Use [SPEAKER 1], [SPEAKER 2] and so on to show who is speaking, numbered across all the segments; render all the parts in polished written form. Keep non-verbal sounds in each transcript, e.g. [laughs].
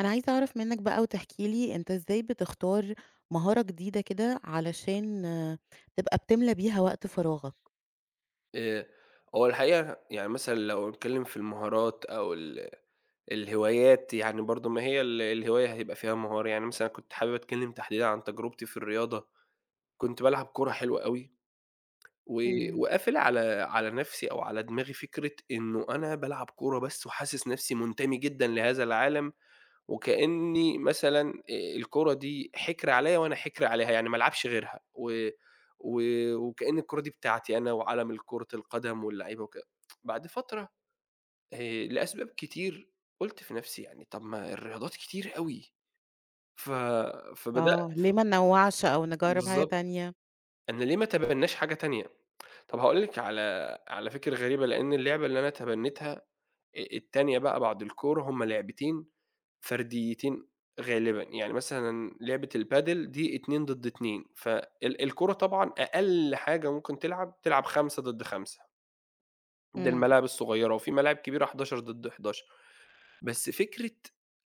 [SPEAKER 1] أنا عايزة أعرف منّك بقى وتحكي لي أنت إزاي بتختار مهارة جديدة كده علشان تبقى بتملى بيها وقت فراغك؟
[SPEAKER 2] آآ، هو الحقيقة يعني مثلًا لو هنتكلم في المهارات أو الهوايات، يعني برضه ما هي الهواية هيبقى فيها مهارة. يعني مثلًا كنت حابب أتكلم تحديدًا عن تجربتي في الرياضة، كنت بالعب كورة حلوة أوي، و
[SPEAKER 1] إمم.
[SPEAKER 2] وقافل على نفسي أو على دماغي فكرة إنه أنا بالعب كورة بس وحاسس نفسي منتمي جدًا لهذا العالم. وكأني مثلًا الكورة دي حِكر عليّا وأنا حِكر عليها، يعني ما العبش غيرها، و و وكأن الكورة دي بتاعتي أنا وعَلَم كرة القدم واللعيبة وكده. بعد فترة لأسباب كتير قُلت في نَفْسي يعني طَب ما الرياضات كتير أوي، ف فبدأ
[SPEAKER 1] آه، ليه ما ننوّعش أو نجرّب حاجة
[SPEAKER 2] بالضبط.
[SPEAKER 1] تانية؟
[SPEAKER 2] أنا ليه ما أتبنّاش حاجة تانية؟ طَب هاقول لِك على فكرة غريبة، لإن اللعبة اللي أنا تبنّيتها التانية بقى بعد الكورة هُم لعبتين فرديّتين غالبًا. يعني مثلًا لعبة البادل دي 2 ضد 2، الكورة طبعًا أقل حاجة ممكن تلعب، تلعب 5 ضد 5، ده
[SPEAKER 1] إمم،
[SPEAKER 2] الملاعب الصغيّرة، وفي ملاعب كبيرة 11 ضد 11. بس فكرة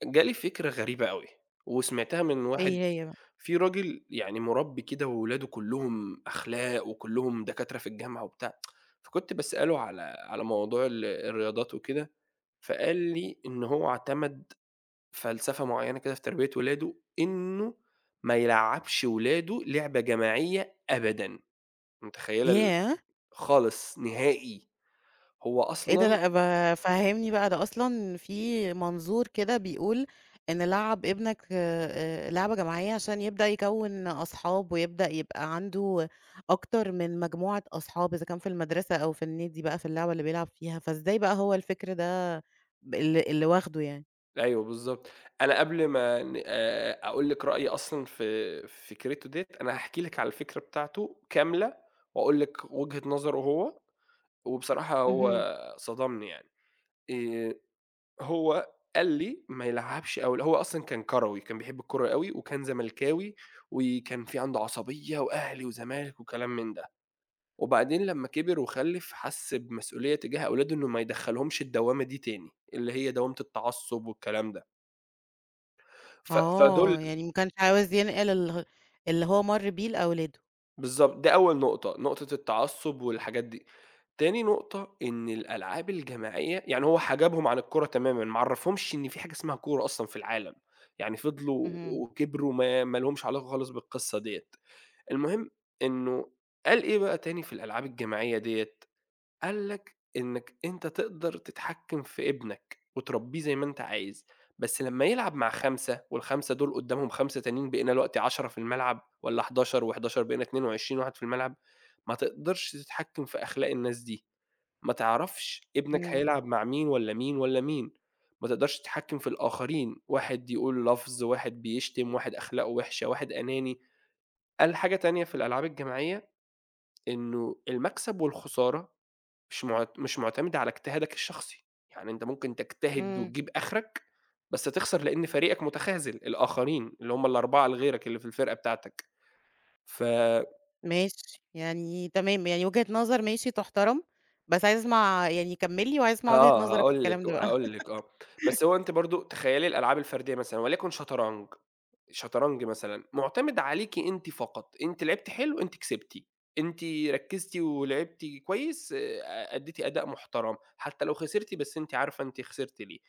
[SPEAKER 2] جالي فكرة غريبة أوي، وسمعتها من واحد.
[SPEAKER 1] إيه هي بقى؟
[SPEAKER 2] في راجل يعني مُربّي كده وولاده كلّهم أخلاق وكلّهم دكاترة في الجامعة وبتاع، فكنت باسأله على موضوع الرياضات وكده، فقال لي إن هو اعتمد فلسفة معيّنة كده في تربية ولاده، إنه ما يلعّبش ولاده لعبة جماعية أبدًا. متخيّلة
[SPEAKER 1] ياه!
[SPEAKER 2] خالص نهائي؟ هو
[SPEAKER 1] إيه ده؟
[SPEAKER 2] أصلًا
[SPEAKER 1] لأ، فهّمني بقى. ده أصلًا في منظور كده بيقول إن لعّب ابنك لعبة جماعية عشان يبدأ يكوّن أصحاب، ويبدأ يبقى عنده أكتر من مجموعة أصحاب، إذا كان في المدرسة أو في النادي بقى في اللعبة اللي بيلعب فيها، فإزاي بقى هو الفكر ده اللي واخده يعني؟
[SPEAKER 2] أيوه بالضبط. أنا قبل ما ن أقول لِك رأيي أصلًا في فكرته ديّة، أنا هاحكي لِك على الفكرة بتاعته كاملة وأقول لِك وجهة نظره هو. وبصراحة هو
[SPEAKER 1] اهم.
[SPEAKER 2] صدمني يعني. آآ هو قال لي ما يلعبش أوي، هو أصلًا كان كروي، كان بيحب الكورة أوي وكان زملكاوي، وكان في عنده عصبية وأهلي وزمالك وكلام من ده. وبعدين لمّا كبر وخلّف حس بمسؤولية تجاه أولاده إنه ما يدخّلهمش الدوّامة دي تاني، اللي هي دوّامة التعصب والكلام ده. فدول
[SPEAKER 1] آه، يعني ما كانش عاوز ينقل اللي هو مَر بيه لأولاده.
[SPEAKER 2] بالضبط، دي أول نقطة، نقطة التعصُّب والحاجات دي. تاني نقطة إن الألعاب الجماعية يعني هو حجبهم عن الكورة تمامًا، ما عرّفهمش إن في حاجة اسمها كورة أصلًا في العالم، يعني فضلوا
[SPEAKER 1] اهم،
[SPEAKER 2] وكبروا ما لهمش علاقة خالص بالقصة ديّة. المهم إنه قال إيه بقى تاني في الألعاب الجماعية ديّة؟ قال لك إنك أنت تقدر تتحكم في ابنك وتربيه زي ما أنت عايز، بس لمّا يلعب مع 5 وال5 دول قدّامهم 5 تانيين بقينا دلوقتي 10 في الملعب والّا 11 و11 بقينا 22 واحد في الملعب، ما تقدرش تتحكم في أخلاق الناس دي، ما تعرفش ابنك
[SPEAKER 1] إمم،
[SPEAKER 2] هيلعب مع مين والّا مين والّا مين، ما تقدرش تتحكم في الآخرين، واحد يقول لفظ، واحد بيشتم، واحد أخلاقه وِحشة، واحد أناني. قال حاجة تانية في الألعاب الجماعية، إنه المكسب والخسارة مش مُعتمدة على اجتهادك الشخصي، يعني أنت ممكن تجتهد
[SPEAKER 1] إمم.
[SPEAKER 2] وتجيب آخرك، بس تخسر لإن فريقك متخاذل، الآخرين اللي هم ال4 لغيرك اللي في الفرقة بتاعتك. ف
[SPEAKER 1] ماشي، يعني تمام، يعني وجهة نظر ماشي تُحترم، بس عايزة أسمع، يعني كمّل لي، وعايزة أسمع وجهة
[SPEAKER 2] آه،
[SPEAKER 1] نظرك في
[SPEAKER 2] هاقول لِك
[SPEAKER 1] الكلام ده بقى.
[SPEAKER 2] هاقول
[SPEAKER 1] [laughs]
[SPEAKER 2] لِك آه، بس هو أنتِ برضه تخيّلي الألعاب الفردية مثلًا وليكن شطرنج. شطرنج مثلًا مُعتمد عليكِ أنتِ فقط، أنتِ لعبتِ حلو أنتِ كسبتِ، أنتِ ركّزتِ ولعبتِ كويس، أدّيتِ أداء محترم، حتى لو خسرتِ بس أنتِ عارفة أنتِ خسرتِ ليه.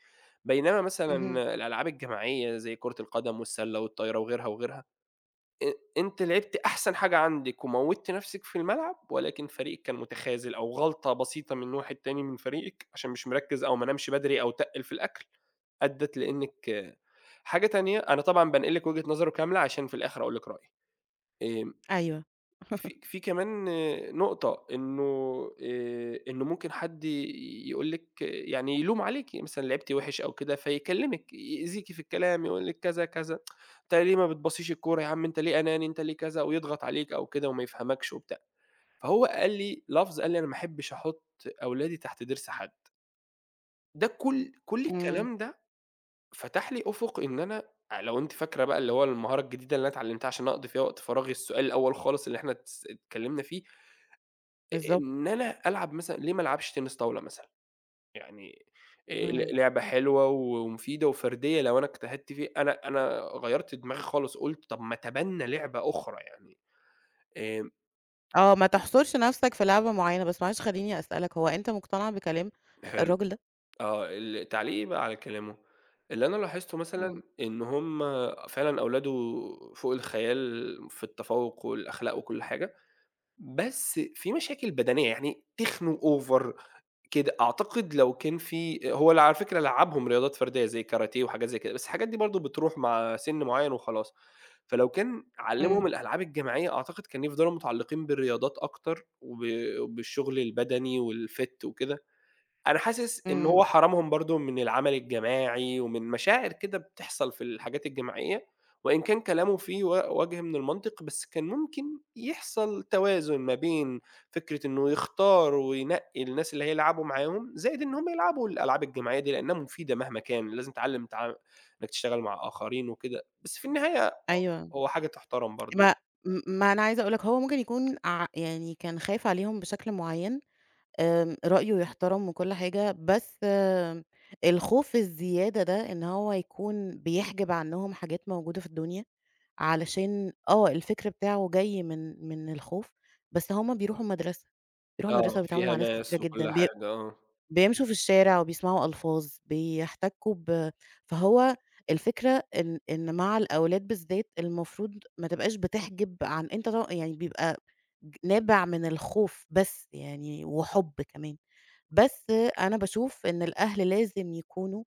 [SPEAKER 2] بينما
[SPEAKER 1] اهم،
[SPEAKER 2] مثلًا الألعاب الجماعية زي كرة القدم والسلة والطايرة وغيرها، وغيرها، أنت لعبت أحسن حاجة عندِك وموّتِ نفسِك في الملعب، ولكن فريقِك كان متخاذل أو غلطة بسيطة من واحد تاني من فريقِك عشان مش مركّز أو ما نامش بدري أو تقِّل في الأكل، أدّت لإنِّك. حاجة تانية، أنا طبعًا بانقل لِك وجهة نظره كاملة عشان في الآخر أقول لِك رأيي. آآ
[SPEAKER 1] أيوه،
[SPEAKER 2] في كمان آه، نقطة إنه إنه ممكن حد يقول لِك يعني يلوم عليكِ، يعني مثلًا لعبتِ وِحِش أو كده فيكلمِك، يأذيكِ في الكلام، يقول لِك كذا، كذا، أنت ليه ما بتباصيش الكورة يا عم، أنت ليه أناني، أنت ليه كذا، ويضغط عليك أو كده وما يفهمكش وبتاع. فهو قال لي لفظ، قال لي: "أنا ما احبش أحط أولادي تحت ضِرس حد." ده كل
[SPEAKER 1] إمم،
[SPEAKER 2] الكلام ده فتح لي أفق. إن أنا لو أنتِ فاكرة بقى اللي هو المهارة الجديدة اللي أنا اتعلمتها عشان أقضي فيها وقت فراغي، السؤال الأول خالص اللي إحنا اتكلمنا فيه،
[SPEAKER 1] بالضبط،
[SPEAKER 2] إن أنا ألعب مثلًا، ليه ما ألعبش تنس طاولة مثلًا؟ يعني
[SPEAKER 1] إمم،
[SPEAKER 2] ل لعبة حلوة ومفيدة وفردية لو أنا اجتهدت فيها. أنا غيّرت دماغي خالص، قُلت طب ما أتبنى لعبة أخرى يعني. آمم
[SPEAKER 1] آه، ما تحصرش نَفْسك في لعبة معيّنة، بس معلش خلّيني أسألك، هو أنت مقتنع بكلام
[SPEAKER 2] حلو،
[SPEAKER 1] الراجل ده؟
[SPEAKER 2] آه. التعليق إيه بقى على كلامه؟ اللي أنا لاحظته
[SPEAKER 1] إمم،
[SPEAKER 2] مثلًا إن هُم فعلًا أولاده فوق الخيال في التفوّق والأخلاق وكل حاجة، بس في مشاكل بدنية، يعني تخنوا over كده. أعتقد لو كان هو اللي على فكرة لعّبهم رياضات فردية زي كاراتيه وحاجات زي كده، بس الحاجات دي برضه بتروح مع سِن معيّن وخلاص. فلو كان
[SPEAKER 1] إمم،
[SPEAKER 2] علّمهم الألعاب الجماعية أعتقد كان يفضلوا متعلقين بالرياضات أكتر، وبالشغل البدني والfit وكده. أنا حاسس إن
[SPEAKER 1] إمم،
[SPEAKER 2] هو حرمهم برضه من العمل الجماعي، ومن مشاعر كده بتحصل في الحاجات الجماعية، وإن كان كلامه فيه وجه من المنطق، بس كان ممكن يحصل توازن ما بين فكرة إنه يختار وينقي الناس اللي هيلعبوا معاهم، زائد إن هم يلعبوا الألعاب الجماعية دي لأنها مفيدة مهما كان، لازم تتعلم إنك تشتغل مع آخرين وكده، بس في النهاية
[SPEAKER 1] أيوه،
[SPEAKER 2] هو حاجة تُحترم برضه.
[SPEAKER 1] ما ما أنا عايزة أقول لك، هو ممكن يكون يعني كان خايف عليهم بشكل معيّن؟ رأيه يُحترم وكل حاجة، بس الخوف الزيادة ده إن هو يكون بيحجب عنّهم حاجات موجودة في الدنيا، علشان الفكر بتاعه جاي من الخوف، بس هُم بيروحوا المدرسة، بيروحوا المدرسة
[SPEAKER 2] آه،
[SPEAKER 1] وبيتعاملوا
[SPEAKER 2] فيها
[SPEAKER 1] مع ناس كتيرة
[SPEAKER 2] ناس
[SPEAKER 1] جدًا،
[SPEAKER 2] وكل حاجة، آه.
[SPEAKER 1] بيمشوا في الشارع وبيسمعوا ألفاظ، بيحتكّوا فهو الفكرة إن مع الأولاد بالذات المفروض ما تبقاش بتحجب عن أنت، يعني بيبقى نابع من الخوف، بس يعني، وحُب كمان. بس أنا باشوف إن الأهل لازم يكونوا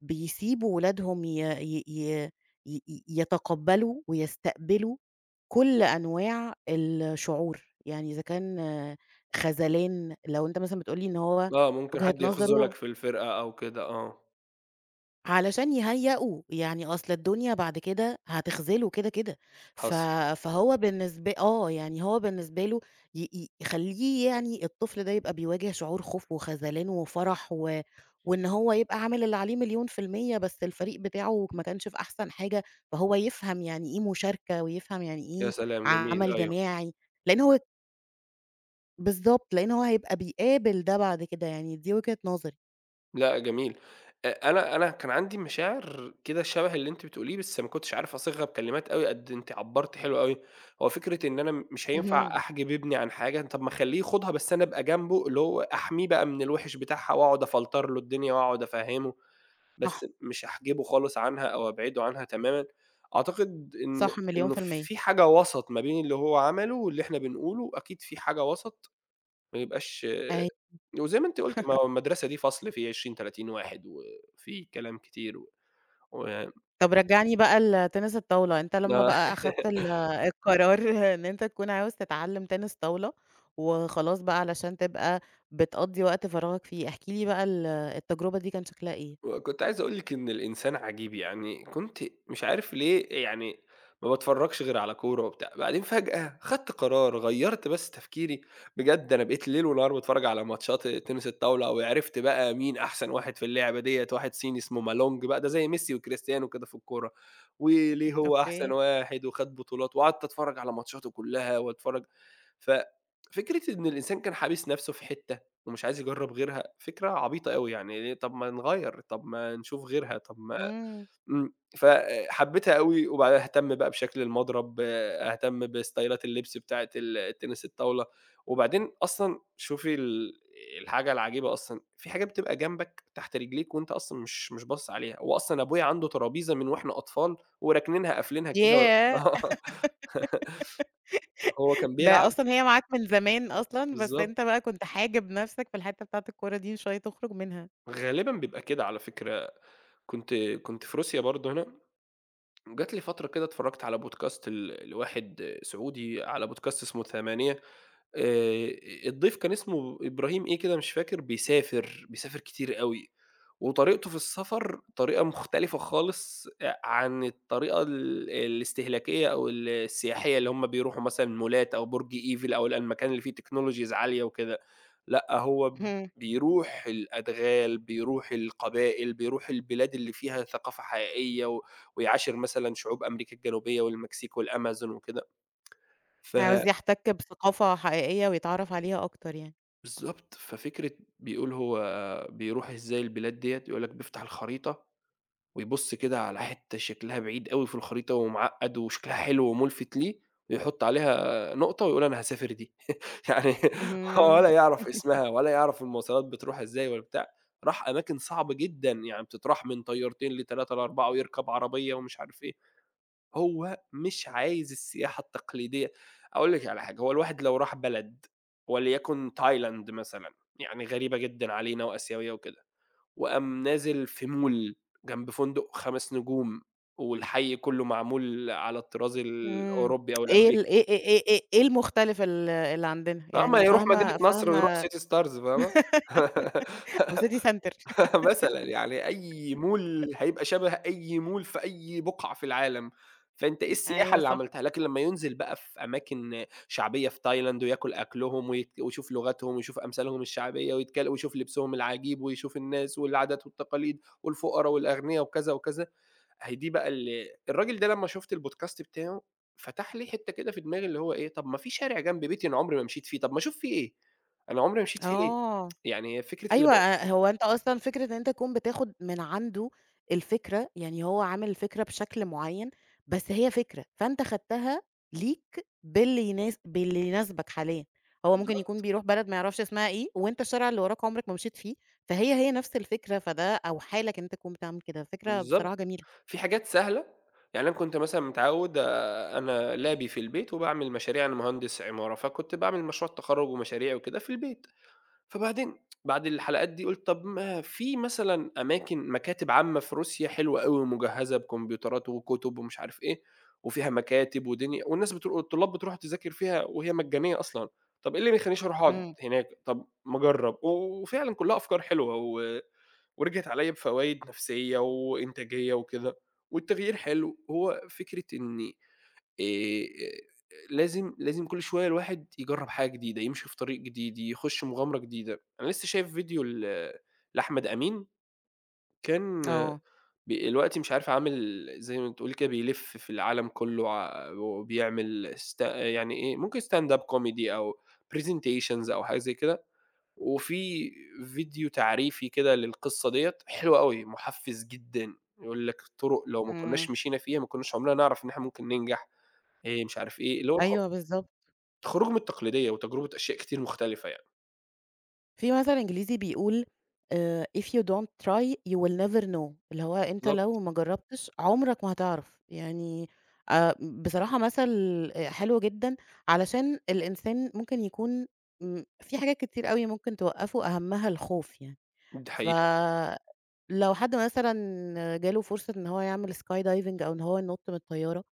[SPEAKER 1] بيسيبوا ولادهم ي ي ي ي ي يتقبّلوا ويستقبلوا كل أنواع الشعور، يعني إذا كان خذلان. لو أنت مثلًا بتقول لي إن هو
[SPEAKER 2] آه، ممكن
[SPEAKER 1] وجهة
[SPEAKER 2] حد يخذلك
[SPEAKER 1] نظره
[SPEAKER 2] في الفرقة أو كده، آه،
[SPEAKER 1] علشان يهيّئوا، يعني أصل الدنيا بعد كده هتخذله كده، كده. ف
[SPEAKER 2] حصل.
[SPEAKER 1] فهو بالنسبة، يعني هو بالنسبة له ي ي يخلّيه، يعني الطفل ده يبقى بيواجه شعور خوف وخذلان وفرح و وإن هو يبقى عامل اللي عليه مليون في المِيّة، بس الفريق بتاعه ما كانش في أحسن حاجة، فهو يفهم يعني إيه مشاركة، ويفهم يعني
[SPEAKER 2] يا
[SPEAKER 1] إيه
[SPEAKER 2] سلام! جميل،
[SPEAKER 1] عمل
[SPEAKER 2] أيوه.
[SPEAKER 1] جماعي، لإن هو بالضبط، لإن هو هيبقى بيقابل ده بعد كده. يعني دي وجهة نظري.
[SPEAKER 2] لأ جميل. أ أنا أنا كان عندي مشاعر كده شبه اللي أنتِ بتقوليه، بس ما كنتش عارف أصيغها بكلمات أوي قد أنتِ عبّرتِ حلو أوي. هو فكرة إن أنا مش هينفع
[SPEAKER 1] اهم،
[SPEAKER 2] أحجب ابني عن حاجة، طب ما أخلّيه يخوضها بس أنا أبقى جنبه، اللي هو أحميه بقى من الوِحِش بتاعها وأقعد أفلتر له الدنيا وأقعد أفهّمه، بس
[SPEAKER 1] صح،
[SPEAKER 2] مش أحجبه خالص عنها أو أبعده عنها تمامًا. أعتقد إن
[SPEAKER 1] صح، مليون
[SPEAKER 2] إنه
[SPEAKER 1] في المِيّة.
[SPEAKER 2] في حاجة وسط ما بين اللي هو عمله واللي إحنا بنقوله. أكيد في حاجة وسط ما يبقاش.
[SPEAKER 1] أي
[SPEAKER 2] وزي ما أنتِ قُلتِ، ما هو المدرسة دي فصل فيه 20، 30 واحد وفيه كلام كتير و
[SPEAKER 1] طب رجّعني بقى لتنس الطاولة. أنت لمّا بقى أخدت
[SPEAKER 2] [laughs]
[SPEAKER 1] القرار [laughs] إن أنت تكون عاوز تتعلّم تنس طاولة، وخلاص بقى علشان تبقى بتقضّي وقت فراغك فيه، احكِ لي بقى التجربة دي كان شكلها إيه؟
[SPEAKER 2] وكنت عايز أقول لِك إن الإنسان عجيب. يعني كنت مش عارف ليه يعني ما باتفرّجش غير على كورة وبتاع، بعدين فجأة خدت قرار، غيّرت بس تفكيري. بجد أنا بقيت ليل ونهار باتفرّج على ماتشات تنس الطاولة، وعرفت بقى مين أحسن واحد في اللعبة ديّة. واحد صيني اسمه مالونج بقى، ده زي ميسي وكريستيانو كده في الكورة، وليه هو أحسن
[SPEAKER 1] أوكي.
[SPEAKER 2] واحد وخد بطولات. وقعدت أتفرّج على ماتشاته كلّها وأتفرّج. ف فكرة إن الإنسان كان حابس نَفْسه في حتّة ومش عايز يجرّب غيرها، فكرة عبيطة أوي. يعني ليه؟ طب ما نغيّر، طب ما نشوف غيرها، طب ما…
[SPEAKER 1] إمم،
[SPEAKER 2] إمم. فحبيتها أوي وبعدها اهتم بقى بشكل المضرب، آه، أهتم باستايلات اللبس بتاعة التنس الطاولة. وبعدين أصلًا شوفي الحاجة العجيبة أصلًا، في حاجات بتبقى جنبك تحت رجليك وأنت أصلًا مش باصص عليها. هو أصلًا أبويا عنده ترابيزة من وإحنا أطفال وراكنينها قافلينها كده.
[SPEAKER 1] ياه!
[SPEAKER 2] [laughs] آه، هو كان
[SPEAKER 1] ده
[SPEAKER 2] بيلعب.
[SPEAKER 1] أصلًا هي معاك من زمان، أصلًا بس
[SPEAKER 2] بالضبط،
[SPEAKER 1] أنت بقى كنت حاجب نَفْسك في الحتّة بتاعة الكورة دي، مش راضي تخرج منها.
[SPEAKER 2] غالبًا بيبقى كده على فكرة. كنت كنت في روسيا برضه هنا جات لي فترة كده، اتفرّجت على بودكاست لواحد سعودي، على بودكاست اسمه ثمانية. آآ الضيف كان اسمه إبراهيم إيه كده مش فاكر، بيسافر، بيسافر كتير أوي. وطريقته في السفر طريقة مختلفة خالص عن الطريقة الاستهلاكية أو السياحية اللي هُم بيروحوا مثلًا مولات أو برج إيفل أو المكان اللي فيه technologies عالية وكده. لأ، هو
[SPEAKER 1] اهم،
[SPEAKER 2] بيروح الأدغال، بيروح القبائل، بيروح البلاد اللي فيها ثقافة حقيقية و ويعاشر مثلًا شعوب أمريكا الجنوبية والمكسيك والأمازون وكده. ف
[SPEAKER 1] عاوز يحتك بثقافة حقيقية ويتعرّف عليها أكتر يعني.
[SPEAKER 2] بالضبط. ففكرة بيقول هو بيروح إزاي البلاد ديّة، يقول لك بيفتح الخريطة ويبُص كده على حتّة شكلها بعيد أوي في الخريطة ومعقّد وشكلها حلو ومُلفت ليه، ويحُط عليها نقطة ويقول أنا هاسافر دي. [laughs] يعني هو
[SPEAKER 1] اهم.
[SPEAKER 2] ولا يعرف
[SPEAKER 1] [laughs]
[SPEAKER 2] اسمها ولا يعرف المواصلات بتروح إزاي ولا بتاع. راح أماكن صعبة جدًا، يعني بتتراح من طيارتين ل3 ل4 ويركب عربية ومش عارف إيه. هو مش عايز السياحة التقليدية. أقول لِك على حاجة، هو الواحد لو راح بلد وليكن تايلاند مثلًا، يعني غريبة جدًا علينا وآسيوية وكده، وقام نازل في مول جنب فندق 5 نجوم والحي كله معمول على الطراز
[SPEAKER 1] إمم.
[SPEAKER 2] الأوروبي أو
[SPEAKER 1] إيه
[SPEAKER 2] الأمريكي،
[SPEAKER 1] ال إيه إيه إيه إيه إيه المختلف اللي عندنا؟
[SPEAKER 2] آه، ما
[SPEAKER 1] يعني
[SPEAKER 2] يروح مدينة
[SPEAKER 1] فاهمة
[SPEAKER 2] نصر ويروح
[SPEAKER 1] فاهمة.
[SPEAKER 2] City stars، فاهمة؟
[SPEAKER 1] [laughs] أو city center.
[SPEAKER 2] [laughs] [laughs] مثلًا، يعني أي مول هيبقى شبه أي مول في أي بُقعة في العالم، فأنت إيه
[SPEAKER 1] [laughs]
[SPEAKER 2] السياحة
[SPEAKER 1] أيوه
[SPEAKER 2] اللي
[SPEAKER 1] صح.
[SPEAKER 2] عملتها؟ لكن لمّا ينزل بقى في أماكن شعبية في تايلاند وياكل أكلهم ويشوف لغتهم ويشوف أمثالهم الشعبية ويشوف لبسهم العجيب ويشوف الناس والعادات والتقاليد والفقرا والأغنيا وكذا، وكذا. أهي دي بقى الراجل ده لمّا شُفت البودكاست بتاعه فتح لي حتّة كده في دماغي، اللي هو إيه، طَب ما في شارع جنب بيتي أنا عمري ما مشيت فيه، طَب ما أشوف فيه إيه، أنا عمري ما مشيت فيه ليه؟
[SPEAKER 1] آه.
[SPEAKER 2] يعني هي فكرة اللي ب
[SPEAKER 1] أيوه، هو أنت أصلًا فكرة إن أنت تكون بتاخد من عنده الفكرة، يعني هو عامل الفكرة بشكل معيّن، بس هي فكرة، فأنت خدتها ليك باللي يناسبك حاليًا. هو ممكن
[SPEAKER 2] بالضبط.
[SPEAKER 1] يكون بيروح بلد ما يعرفش اسمها إيه، وأنت الشارع اللي وراك عمرك ما مشيت فيه، فهي، هي نفس الفكرة، فده أوحى لك إن أنت تكون بتعمل كده. فكرة بصراحة
[SPEAKER 2] بالضبط،
[SPEAKER 1] جميلة.
[SPEAKER 2] في حاجات سهلة. يعني أنا كنت مثلًا متعوّد، أنا لابي في البيت وباعمل مشاريع، أنا مهندس عمارة، فكنت باعمل مشروع التخرُّج ومشاريع وكده في البيت. فبعدين بعد الحلقات دي قُلت طَب ما في مثلًا أماكن مكاتب عامة في روسيا حلوة أوي ومجهّزة بكمبيوترات وكُتب ومش عارف إيه، وفيها مكاتب ودنيا والناس الطلاب بتروح تذاكر فيها وهي مجانية أصلًا، طَب إيه اللي ما يخلّينيش أروح أقعد
[SPEAKER 1] إمم،
[SPEAKER 2] هناك، طَب ما أجرّب. وفعلًا كُلّها أفكار حلوة و ورجعت عليَّ بفوايد نفسية وإنتاجية وكده. والتغيير حلو. هو فكرة إن آآ لازم كل شوية الواحد يجرّب حاجة جديدة، يمشي في طريق جديد، يخش مغامرة جديدة. أنا لسه شايف فيديو لأحمد أمين، كان
[SPEAKER 1] آه،
[SPEAKER 2] دلوقتي مش عارف عامل زي ما تقولي كده بيلف في العالم كله، وبيعمل يعني إيه ممكن stand up comedy أو presentations أو حاجة زي كده. وفي فيديو تعريفي كده للقصة ديّة حلو أوي، محفّز جدًا، يقول لك الطرق لو ما
[SPEAKER 1] إمم،
[SPEAKER 2] كناش مشينا فيها ما كناش عمرنا نعرف إن إحنا ممكن ننجح، مش عارف إيه، اللي هو
[SPEAKER 1] أيوه بالضبط.
[SPEAKER 2] الخروج من التقليدية وتجربة أشياء كتير مختلفة يعني.
[SPEAKER 1] في مثل إنجليزي بيقول، if you don't try you will never know، اللي هو أنت
[SPEAKER 2] بالضبط،
[SPEAKER 1] لو ما جرّبتش عمرك ما هتعرف. يعني آآ بصراحة مثل حلو جدًا، علشان الإنسان ممكن يكون، في حاجات كتير أوي ممكن توقّفه، أهمها الخوف يعني.
[SPEAKER 2] دي حقيقة.
[SPEAKER 1] فلو حد مثلًا جاله فرصة إن هو يعمل sky diving، أو إن هو ينُط من الطيارة،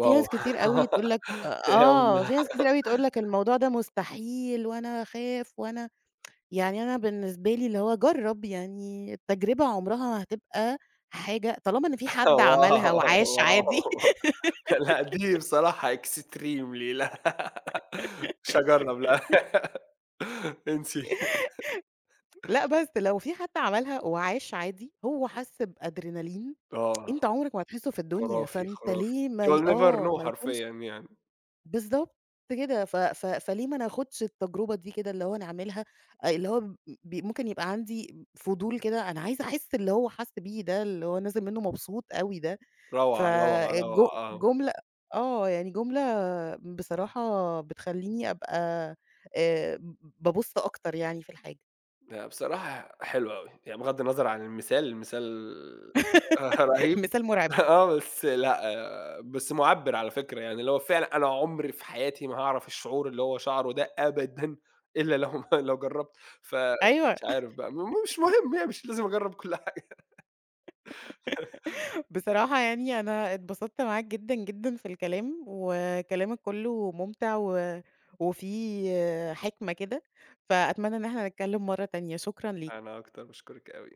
[SPEAKER 1] في ناس كتير أوي تقول
[SPEAKER 2] [laughs]
[SPEAKER 1] لك
[SPEAKER 2] يالّا واو.
[SPEAKER 1] آه، في ناس كتير أوي تقول لك الموضوع ده مستحيل، وأنا هاخاف وأنا، يعني أنا بالنسبة لي اللي هو جرّب، يعني التجربة عمرها هتبقى حاجة طالما إن في حد عملها وعاش عادي.
[SPEAKER 2] واو!
[SPEAKER 1] [laughs]
[SPEAKER 2] لأ دي بصراحة extremely، لأ مش هاجرّب، لأ. [laughs] انسي.
[SPEAKER 1] لأ، بس لو في حد عملها وعاش عادي، هو حَس بأدرينالين أنت
[SPEAKER 2] آه،
[SPEAKER 1] عمرك ما هتحسّه في الدنيا،
[SPEAKER 2] خرافي،
[SPEAKER 1] فأنت
[SPEAKER 2] خرافي.
[SPEAKER 1] ليه ما ي
[SPEAKER 2] You'll never
[SPEAKER 1] آه،
[SPEAKER 2] know
[SPEAKER 1] ما يكونش
[SPEAKER 2] حرفيًا يعني.
[SPEAKER 1] بالضبط كده؟ ف ف فليه ما ناخدش التجربة دي كده اللي هو نعملها؟ اللي هو ب ب ممكن يبقى عندي فضول كده، أنا عايزة أحس اللي هو حَس بيه ده، اللي هو نازل منّه مبسوط أوي ده.
[SPEAKER 2] روعة، روعة،
[SPEAKER 1] فالج
[SPEAKER 2] روعة، آه.
[SPEAKER 1] جملة، آه، يعني جملة بصراحة بتخلّيني أبقى آآ بابُص أكتر يعني في الحاجة.
[SPEAKER 2] لأ بصراحة حلو أوي، يعني بغض النظر عن المثال، المثال [laughs]
[SPEAKER 1] [laughs]
[SPEAKER 2] رهيب.
[SPEAKER 1] مثال مرعب.
[SPEAKER 2] آه، بس لأ، آه، بس مُعبّر على فكرة، يعني اللي هو فعلًا أنا عمري في حياتي ما هاعرف الشعور اللي هو شعره ده أبدًا إلا لو [laughs] ما لو جرّبت.
[SPEAKER 1] أيوه،
[SPEAKER 2] فمش عارف بقى، مش مهم، يعني مش لازم أجرّب كل حاجة. [laughs]
[SPEAKER 1] بصراحة يعني أنا اتبسطت معاك جدًا، جدًا في الكلام، وكلامك كُلّه مُمتع و وفيه آه، حِكمة كده، فأتمنى إن إحنا نتكلم مرّة تانية. شكرًا ليك.
[SPEAKER 2] أنا أكتر، باشكرِك أوي.